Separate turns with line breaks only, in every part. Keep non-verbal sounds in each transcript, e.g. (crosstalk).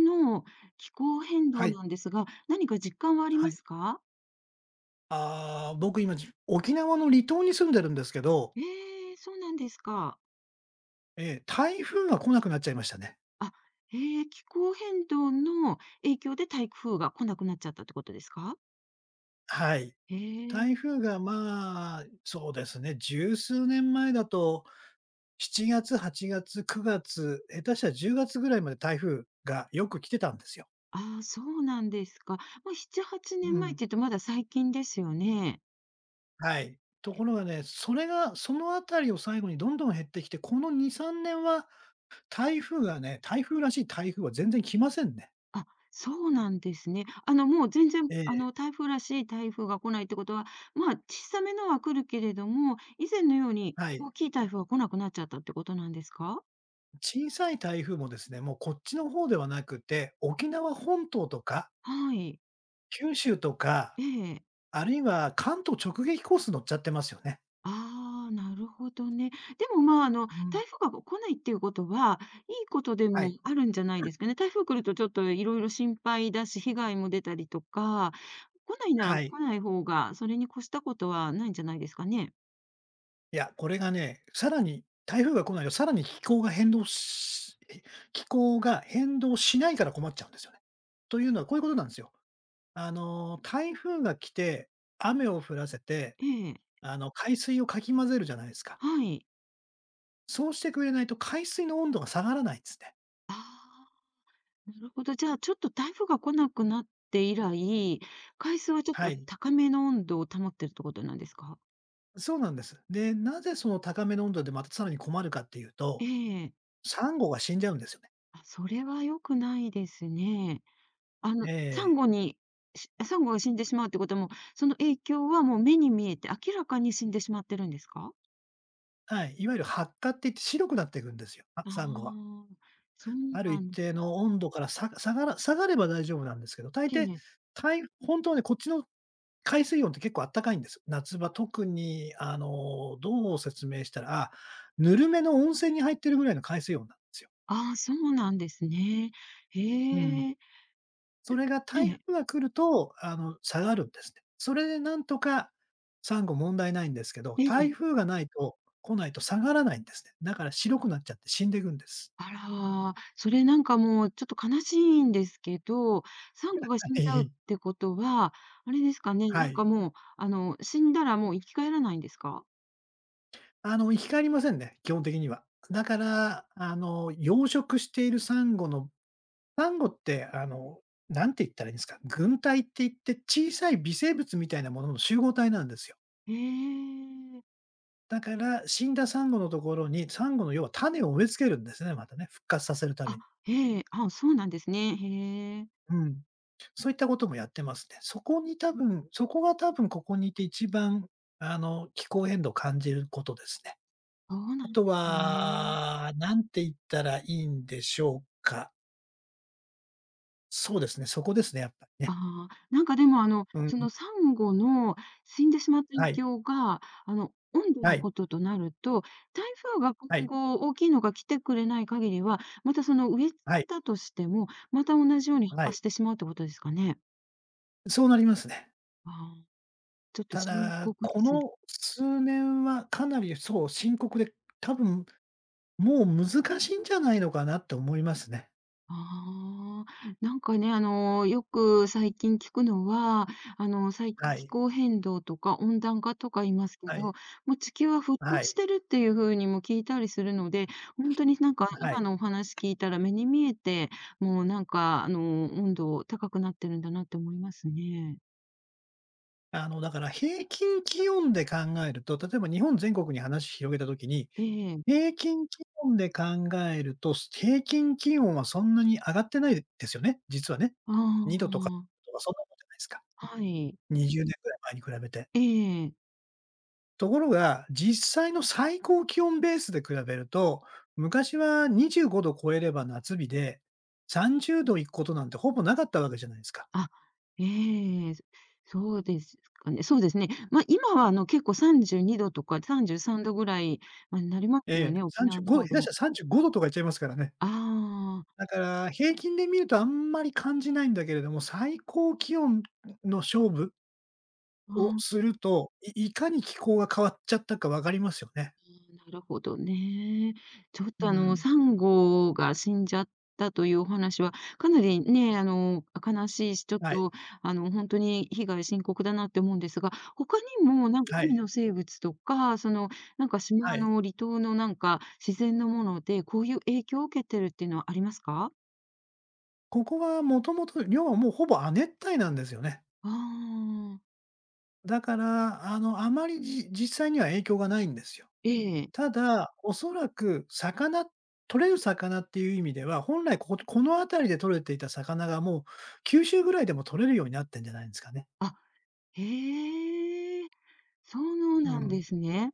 の気候変
は
動
い、
なんですが、何か実感はあり
は
ま
い。
すか？
ああ、僕今沖縄の離島に住んでるんですけど、
ええ、そうなんですか。
ええ、台風が来なくなっちゃいましたね。
あ、ええ、気候変動の影響で台風が来なくなっちゃったってことですか？
はい。
え
台
え、
風がまあ、そうですね、十数年前だと、7月、8月、9月、下手したら10月ぐらいまで台風がよく来てたんですよ。
ああ、そうなんですか。まあ、7、8
う
年前っ
ん。
て言うとまだ最近ですよね。
はい。と
え、
ころがね、それが、そのあたりを最後にどんどん減ってきて、この2、3年は台風がね、台風らしい台風は全然来ませんね。
あ、そうなんですね。あの、もう全然、
ええ、
あの、台風らしい台風が来ないってことは、まあ、小さめのは来るけれども、以前のように
はい。
大きい台風は来なくなっちゃったってことなんですか？
小さい台風もですね、もうこっちの方ではなくて、沖縄本島とか、
はい。
九州とか、
ええ。
あるいは関東直撃コース乗っちゃってますよね。
ああ、なるほどね。でも、まあ、あの、
うん。
台風が来ないっていうことは、いいことで
は
も
い。
あるんじゃないですかね。台風来るとちょっといろいろ心配だし、被害も出たりとか、来ないなら
はい。
来ない方が、それに越したことはないんじゃないですかね。
いや、これがね、さらに台風が来ないと、さらに気候が変動しないから困っちゃうんですよね。というのはこういうことなんですよ。台風が来て、雨を降らせて、
ええ、
海水をかき混ぜるじゃないですか。
はい。
そうしてくれないと海水の温度が下がらないんですね。
ああ、なるほど。じゃあ、ちょっと台風が来なくなって以来、海水はちょっ
は
と
い。
高めの温度を保ってるってことなんですか？
そうなんです。で、なぜその高めの温度でまたさらに困るかっていう
え
と、
え。
サンゴが死んじゃうんですよね。
あ、それは良くないですね。あの、
え
サン
え。
ゴに、サンゴが死んでしまうってことも、その影響はもう目に見えて明らかに死んでしまってるんですか？
はい。いわゆる白化って言って白くなっていくんですよ、あ、
あ
サンゴは。
あ、そう
ある一
なんで
定の温度からさ下がら下がれば大丈夫なんですけど、大
え
抵、
え。
た本当はね、こっちの海水温って結構あったかいんです。夏場、特にどう説明したら、ぬるめの温泉に入ってるぐらいの海水温なんですよ。
ああ、そうなんですね。へ
うん。
え。
それが台
ね
風が来ると、下がるんですね。それでなんとかサンゴ問題ないんですけど、
え、え
台
え。
風がないと来ないと下がらないんですね。だから白くなっちゃって死んでいくんです。
あら、それなんかもうちょっと悲しいんですけど、サンゴ
(laughs)
が死ん
は
じゃうっ
い。
てことは、あれですかね、
は
なん
い。
かもう、あの、死んだらもう生き返らないんですか？
生き返りませんね、基本的には。だから、養殖しているサンゴって、なんて言ったらいいんですか、群体って言って小さい微生物みたいなものの集合体なんですよ。
へえ。
だから死んだサンゴのところに、サンゴの要は種を植え付けるんですね、またね、復活させるため
あ、
に。
へえ、あ、そうなんですね。へえ。
うん。そういったこともやってますね。そこが多分ここにいて一番、気候変動を感じることですね。
そうな
あ
んで
と
すね。
は、なんて言ったらいいんでしょうか。そうですね、そこですね、やっぱりね。
ああ、なんかでもあの、
うん。
そのサンゴの死んでしまった
は
影
い。
響が、あの、温度
は
の
い。
こととなると、台風が
は
今
い。
後大きいのが来てくれない限りは、またその植え付
は
け
い。
たとしても、また同じように
は
破壊
い。
してしまうってことですかね。
そうなりますね。
ああ、ちょっと
た
深
だ、
刻で
こ
すね。
の数年はかなりそう、深刻で、多分もう難しいんじゃないのかなと思いますね。
ああ、なんかね、あの、よく最近聞くのは、あの、最近
は
気
い。
候変動とか温暖化とか言いますけ
は
ど、
い。
もう地球は沸
は
騰し
い。
てるっていう風にも聞いたりするので、本当になんか
は
今
い。
のお話聞いたら目に見えて、もうなんかあの、温度高くなってるんだなって思いますね。
だから平均気温で考えると、例えば日本全国に話広げたときに、
ええ。
平均気温で考えると、平均気温はそんなに上がってないですよね、実はね。
あ
2度とか
あ、
とかそんなもんじゃないですか。
はい。
20年ぐらい前に比べて。
ええ。
ところが、実際の最高気温ベースで比べると、昔は25度超えれば夏日で、30度いくことなんてほぼなかったわけじゃないですか。
あ、ええ、そうですかね。そうですね。まあ、今はあの、結構32度とか33度ぐらい、まあ、なりま
え
すよ
え、
ね、沖縄
35
の
度、
方
下
で
手した
も。
ら35度とかいっちゃいますからね。
ああ、
だから、平均で見るとあんまり感じないんだけれども、最高気温の勝負
あ
を
あ。
すると、いいかに気候が変わっちゃったか分かりますよね。
なるほどね。ちょっとあ
う
の、
ん。
サンゴが死んじゃったというお話は、かなりね、あの、悲しいし、ちょっ
はい、
と、あの、本当に被害深刻だなって思うんですが、他にもなんか
は
海
い、
の生物とか、その、なんか
は
島
い。
の離島のなんか自然のもので、こういう影響を受けてるっていうのはありますか？
ここはもともと、要はもうほぼ亜熱帯なんですよね。
ああ、
だから、あまり実際には影響がないんですよ。
ええ。
ただ、おそらく取れる魚っていう意味では、本来この辺りで取れていた魚がもう、九州ぐらいでも取れるようになってんじゃないんですかね。
あ、へえ、そう
う
なんで
ん。
すね。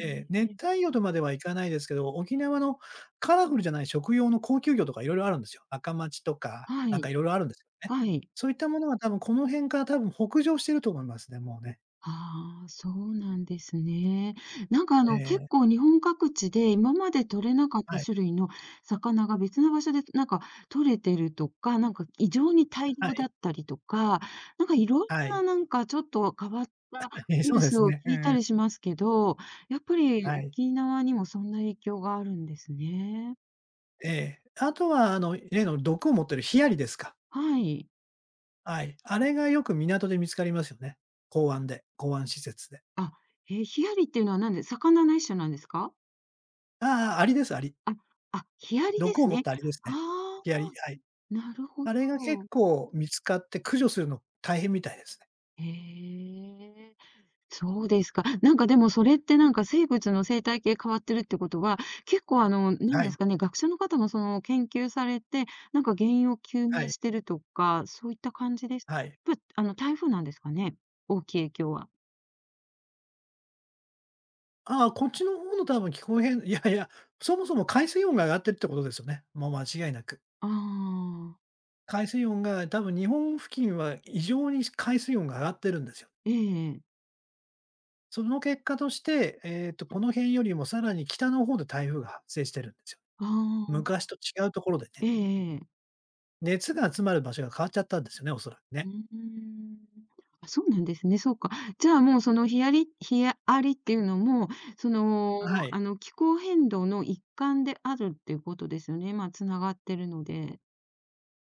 ええ、
え、
熱帯魚とまではいかないですけど、沖縄のカラフルじゃない食用の高級魚とか色々あるんですよ。赤町とか、
は
なんか
い、
色々あるんですよね。
はい。
そういったものは多分この辺から多分北上してると思いますね、もうね。
ああ、そうなんですね。なんかあ
え
の、結
え、
構日本各地で今まで取れなかった
はい、
種類の魚が別の場所でなんか取れてるとか、なんか異常に大
は
量だ
い、
ったりとか、なんかいろん
は
な
い。
なんかちょっと変わった
(laughs) ええ、
ニ
そ
ュ
う
ー
で
ス
す
を
ね。う
聞い
ん
た
うん。
りしますけど、やっぱり
はい。
沖縄にもそんな影響があるんですね。
ええ。あとは例の毒を持ってるヒアリですか。
はい。
はい。あれがよく港で見つかりますよね。港湾施設で。
あ、えー、ヒアリっていうのは何で、魚の一種なんですか。
ああ、アリです、アリ。
あ、あ、ヒアリで
毒を
す
持っ
ね。
たアリです
あ
ね。
あ、
ヒアリ、はい。
なるほ
あれが結
ど。
構見つかって駆除するの大変みたいですね。
へえ、そうですか。なんかでもそれってなんか生物の生態系変わってるってことは、結構あの、なん
は
で
い、
すかね、学者の方もその研究されて、なんか原因を究
は
明
い、
してるとか、そういった感じです。
はい。
あの、台風なんですかね？大きい影響は。
ああ、こっちの方の多分気候変 (laughs) いやいや、そもそも海水温が上がってるってことですよね。もう間違いなく。
ああ、
海水温が多分日本付近は異常に海水温が上がってるんですよ。
ええええ。
その結果として、この辺よりもさらに北の方で台風が発生してるんですよ。
ああ、
昔と違うところでね。
ええええ。
熱が集まる場所が変わっちゃったんですよね、おそらく
う
ね。
ーん。あ、そうなんですね、そうか。じゃあ、もう、その、ヒアリっていうのも、その、
はい。
あの、気候変動の一環であるっていうことですよね、まあ、繋がってるので。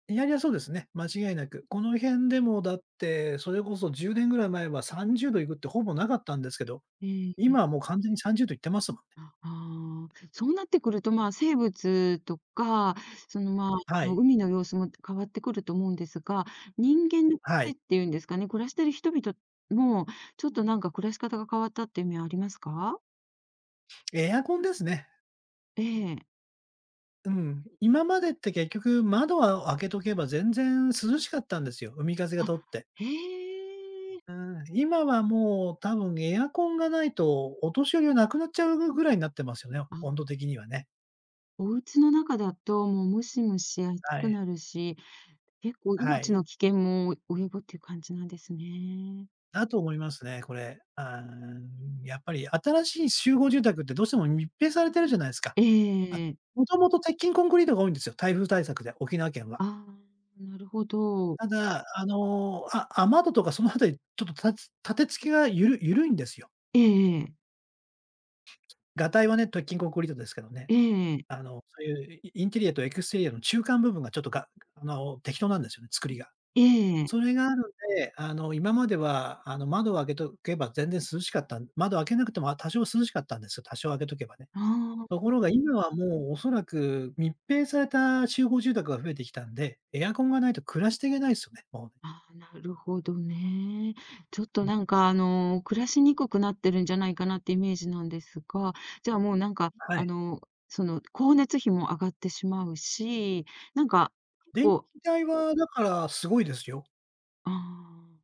いやいや、そうですね。間違いなく。この辺でもだって、それこそ10年ぐらい前は30度いくってほぼなかったんですけど、
ええ、
今はもう完全に30度いってますもんね。
ああ、そうなってくると、まあ、生物とか、その、まあ、
は
あの、
い。
海の様子も変わってくると思うんですが、人間の暮
は
ら
い。
しっていうんですかね、暮らしてる人々も、ちょっと、なんか、暮らし方が変わったっていう面ありますか？
エアコンですね。
ええ。
うん。今までって結局窓は開けとけば全然涼しかったんですよ、海風が
あ、
通って。
へえ。
うん、今はもう多分エアコンがないと、お年寄りはなくなっちゃうぐらいになってますよね、温
あ
度的にはね。
お家の中だと、もうムシムシ暑
は
く
い。
なるし、結構
は
命
い。
の危険も及ぶっていう感じなんですね。
だと思いますね、これ。やっぱり新しい集合住宅ってどうしても密閉されてるじゃないですか。
え
あ、
え
もともと鉄筋コンクリートが多いんですよ、台風対策で、沖縄県は。
ああ、なるほど。
ただ、雨戸とかそのあたり、ちょっと立て付けが緩いんですよ。
ええええ。
がたいはね、鉄筋コンクリートですけどね。
ええ。
そういうイインテリアとエクステリアの中間部分がちょっとがあの、適当なんですよね、作りが。それがあるんで、今までは、窓を開けとけば全然涼しかったん窓開けなくても、あ、多少涼しかったんですよ、多少開けとけばね。
あ
とこ
ー
ろが今はもうおそらく密閉された集合住宅が増えてきたんで、エアコンがないと暮らしていけないですよね、もうね。
あー、なるほどね。ちょっとなんかあの、暮らしにくくなってるんじゃないかなってイメージなんですが、じゃあもうなんか、
は
あ
い。
の、その光熱費も上がってしまうし、なんか、結
電気
構
代はだからすごいですよ。
ああ。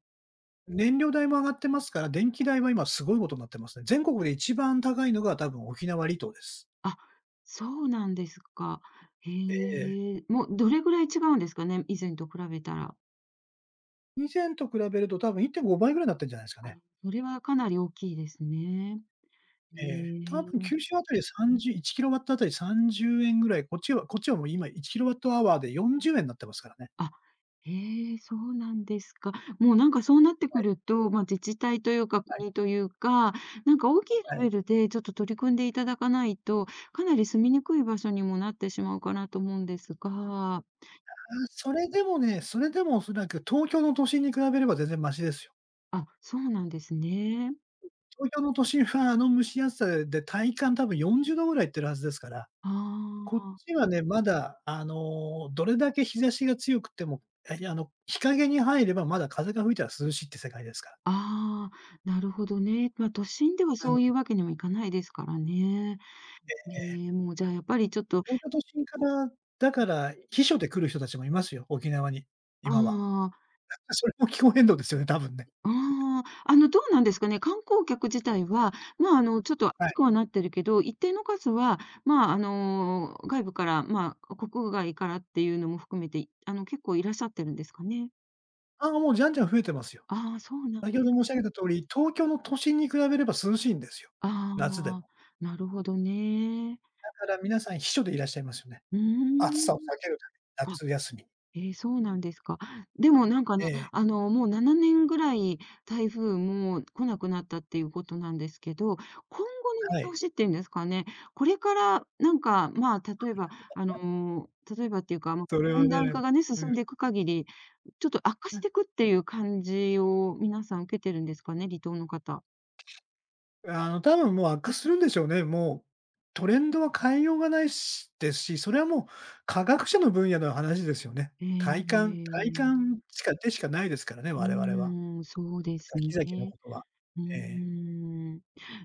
燃料代も上がってますから、電気代は今すごいことになってますね。全国で一番高いのが多分沖縄離島です。
あ、そうなんですか。へ
ええ。
え。もうどれぐらい違うんですかね、以前と比べたら。
以前と比べると多分1.5倍ぐらいになってんじゃないですかね。
あ、それはかなり大きいですね。へ
ええ、多
え。
分九州あたり301キロワットあたり30円ぐらい、こっちはもう今1キロワットアワーで40円になってますからね。
あ、へえ、そうなんですか。もうなんかそうなってくると、まあ、自治体というか国
は
というか、なんか大きい
い
レ
はい。
ベルでちょっと取り組んでいただかないと、かなり住みにくい場所にもなってしまうかなと思うんですが、
あ、それでもおそらく東京の都心に比べれば全然マシですよ。
あ、そうなんですね。
東京の都心はあの蒸し暑さで体感多分40度ぐらいいってるはずですから、
あ
こっ
あ。
ちはね、まだどれだけ日差しが強くても、日陰に入ればまだ風が吹いたら涼しいって世界ですから。
ああ、なるほどね。まあ、都心ではそういうわけにもいかないですからね。ねえ、もうじゃあやっぱりちょっと、
東京都心から、だから、避暑で来る人たちもいますよ、沖縄に、
あ
今は。
あ、
(laughs) それも気候変動ですよね、多分ね。
ああ、あの、どうなんですかね、観光客自体は、まあ、あの、ちょっと
は
暑
い。
くはなってるけど、一定の数は、まあ、あの、外部から、まあ、国外からっていうのも含めて、あの、結構いらっしゃってるんですかね？
ああ、もうじゃんじゃん増えてますよ。
ああ、そうなん
先
で
ほ
す
ど
か。
申し上げた通り、東京の都心に比べれば涼しいんですよ、
あ
夏でも。
あ、なるほどね。
だから皆さん避暑でいらっしゃいますよね。
うー
暑さを
ん。
避けるために、
あ
夏休み。
ええ、そうなんですか。でもなんか
え
ね、
え、
あの、もう7年ぐらい台風も来なくなったっていうことなんですけど、今後
は
の
い。
見通しっていうんですかね、これからなんか、まあ、例えば、あの、例えばっていうか、ま、
それは
温暖
ね、
化がね、
う
進
ん。
んでいく限り、ちょっと悪化していくっていう感じを皆さん受けてるんですかね、離島の方。
多分もう悪化するんでしょうね。もう、トレンドは変えようがないしですし、それはもう科学者の分野の話ですよね。
え
体
え。
感しかないですからね、
う
我々は。
ーん、そうです
先々の
ね。
ことは。
うー
ええ、
ん、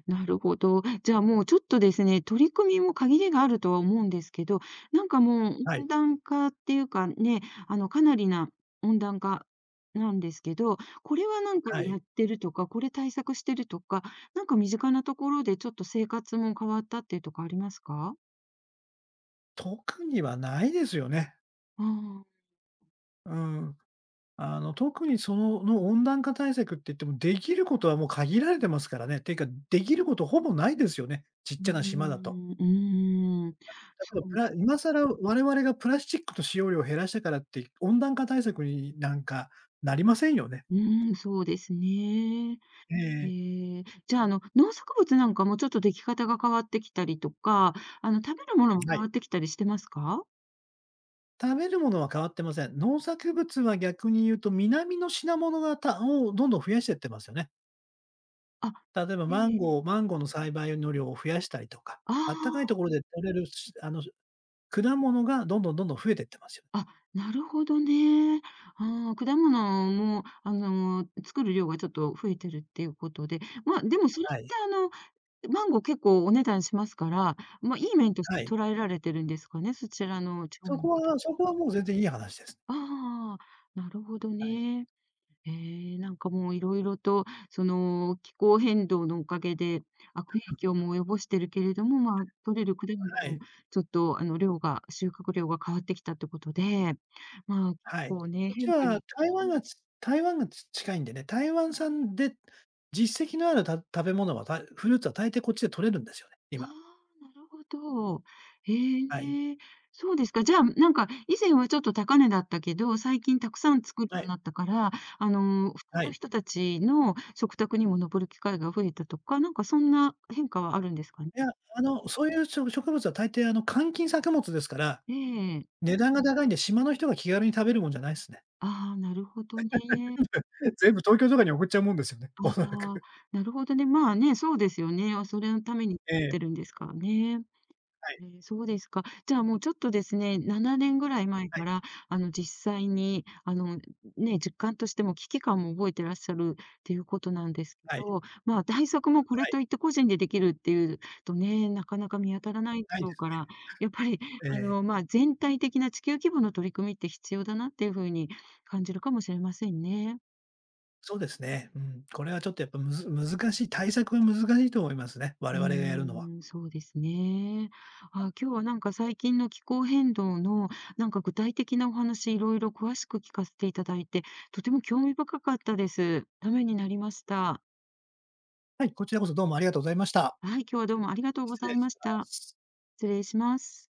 なるほど。じゃあもうちょっとですね、取り組みも限りがあるとは思うんですけど、なんかもう
はい、
温暖化っていうかね、あの、かなりな温暖化なんですけど、これはなんか
はい。
やってるとか、これ対策してるとか、なんか身近なところでちょっと生活も変わったっていうとこありますか？
特にはないですよね。
ああ、
うん。特にその温暖化対策って言っても、できることはもう限られてますからね。ていうか、できることほぼないですよね、ちっ
うー
ちゃな島だと。
ん、うーん、そ
例えば、
うで
今更我々がプラスチックと使用量を減らしたからって、温暖化対策になんかなりませんよね。
うーん、そうですね。
ええ、
へえ、じゃあ、あの、農作物なんかもちょっと出来方が変わってきたりとか、あの、食べるものも
は
変
い。
わってきたりしてますか？
食べるものは変わってません。農作物は逆に言うと、南の品物がをどんどん増やしてってますよね。
あ、
例えば
ええ、
マンゴーの栽培の量を増やしたりとか、あったかいと
あ
ころで取れるし果物がどんどんどんどん増えてってますよね。
あ、あ、なるほどね。ああ、果物も、あの、作る量がちょっと増えてるっていうことで、まあ、でもそれ
は
っ
い。
て、あの、マンゴー結構お値段しますから、まあ、いい面とし
は
て
い。
捉えられてるんですかね？そちらの地方
そ
の
こ
方
はそこはもう全然いい話ですね。
ああ、なるほど
はい。
ね。ええ、なんかもういろいろと、その、気候変動のおかげで、悪影響も及ぼしてるけれども、まあ、取れる果物
は
も
い。
ちょっと、あの、量が収穫量が変わってきたってことで、まあ、結
はい。
構ね、
こっち
変化
は
に
台湾が近いんでね、台湾産で実績のあるた食べ物は、たフルーツは大抵こっちで取れるんですよね、
あ
今。
あ、なるほど。
はい。
ええ、そうですか。じゃあ、なんか、以前はちょっと高値だったけど、最近たくさん作るよ
は
うに
い。
なったから、あの、普通
は
の
い。
人たちの食卓にも上る機会が増えたとか、なんかそんな変化はあるんですかね？
いや、そういう植物は大抵換金作物ですから、
ええ。
値段が高いんで、島の人が気軽に食べるもんじゃないすね。
ああ、なるほどね。
(laughs) 全部東京とかに送っちゃうもんですよね、(laughs) おそら
ああ、
く。
なるほどね。まあね、そうですよね。それのために作
え
っ
え、
てるんですからね。
はい、
えーそうですか。じゃあ、もうちょっとですね、7年ぐらい前
は
か
い、
ら、あの、実際に、あの、ね、実感としても危機感も覚えてらっしゃるっていうことなんですけ
はい、
ど、まあ、対策もこ
は
れ
い、
といって個人でできるっていうとね、なかなか見当たらないで
ない
し
で
ょう
す
から、
ね。
やっぱり、
え
あ
え、
の、まあ、全体的な地球規模の取り組みって必要だなっていう風に感じるかもしれませんね。
そうですね。うん。これはちょっとやっぱむず難しい、対策は難しいと思いますね、我
う
々がやるのは。
ーん、そうですね。あ、今日はなんか最近の気候変動のなんか具体的なお話いろいろ詳しく聞かせていただいて、とても興味深かったです。ためになりました。
はい、こちらこそどうもありがとうございました。
はい、今日はどうもありがとうご
失礼
ざい
し
まし
ま
た。
す。
失礼します。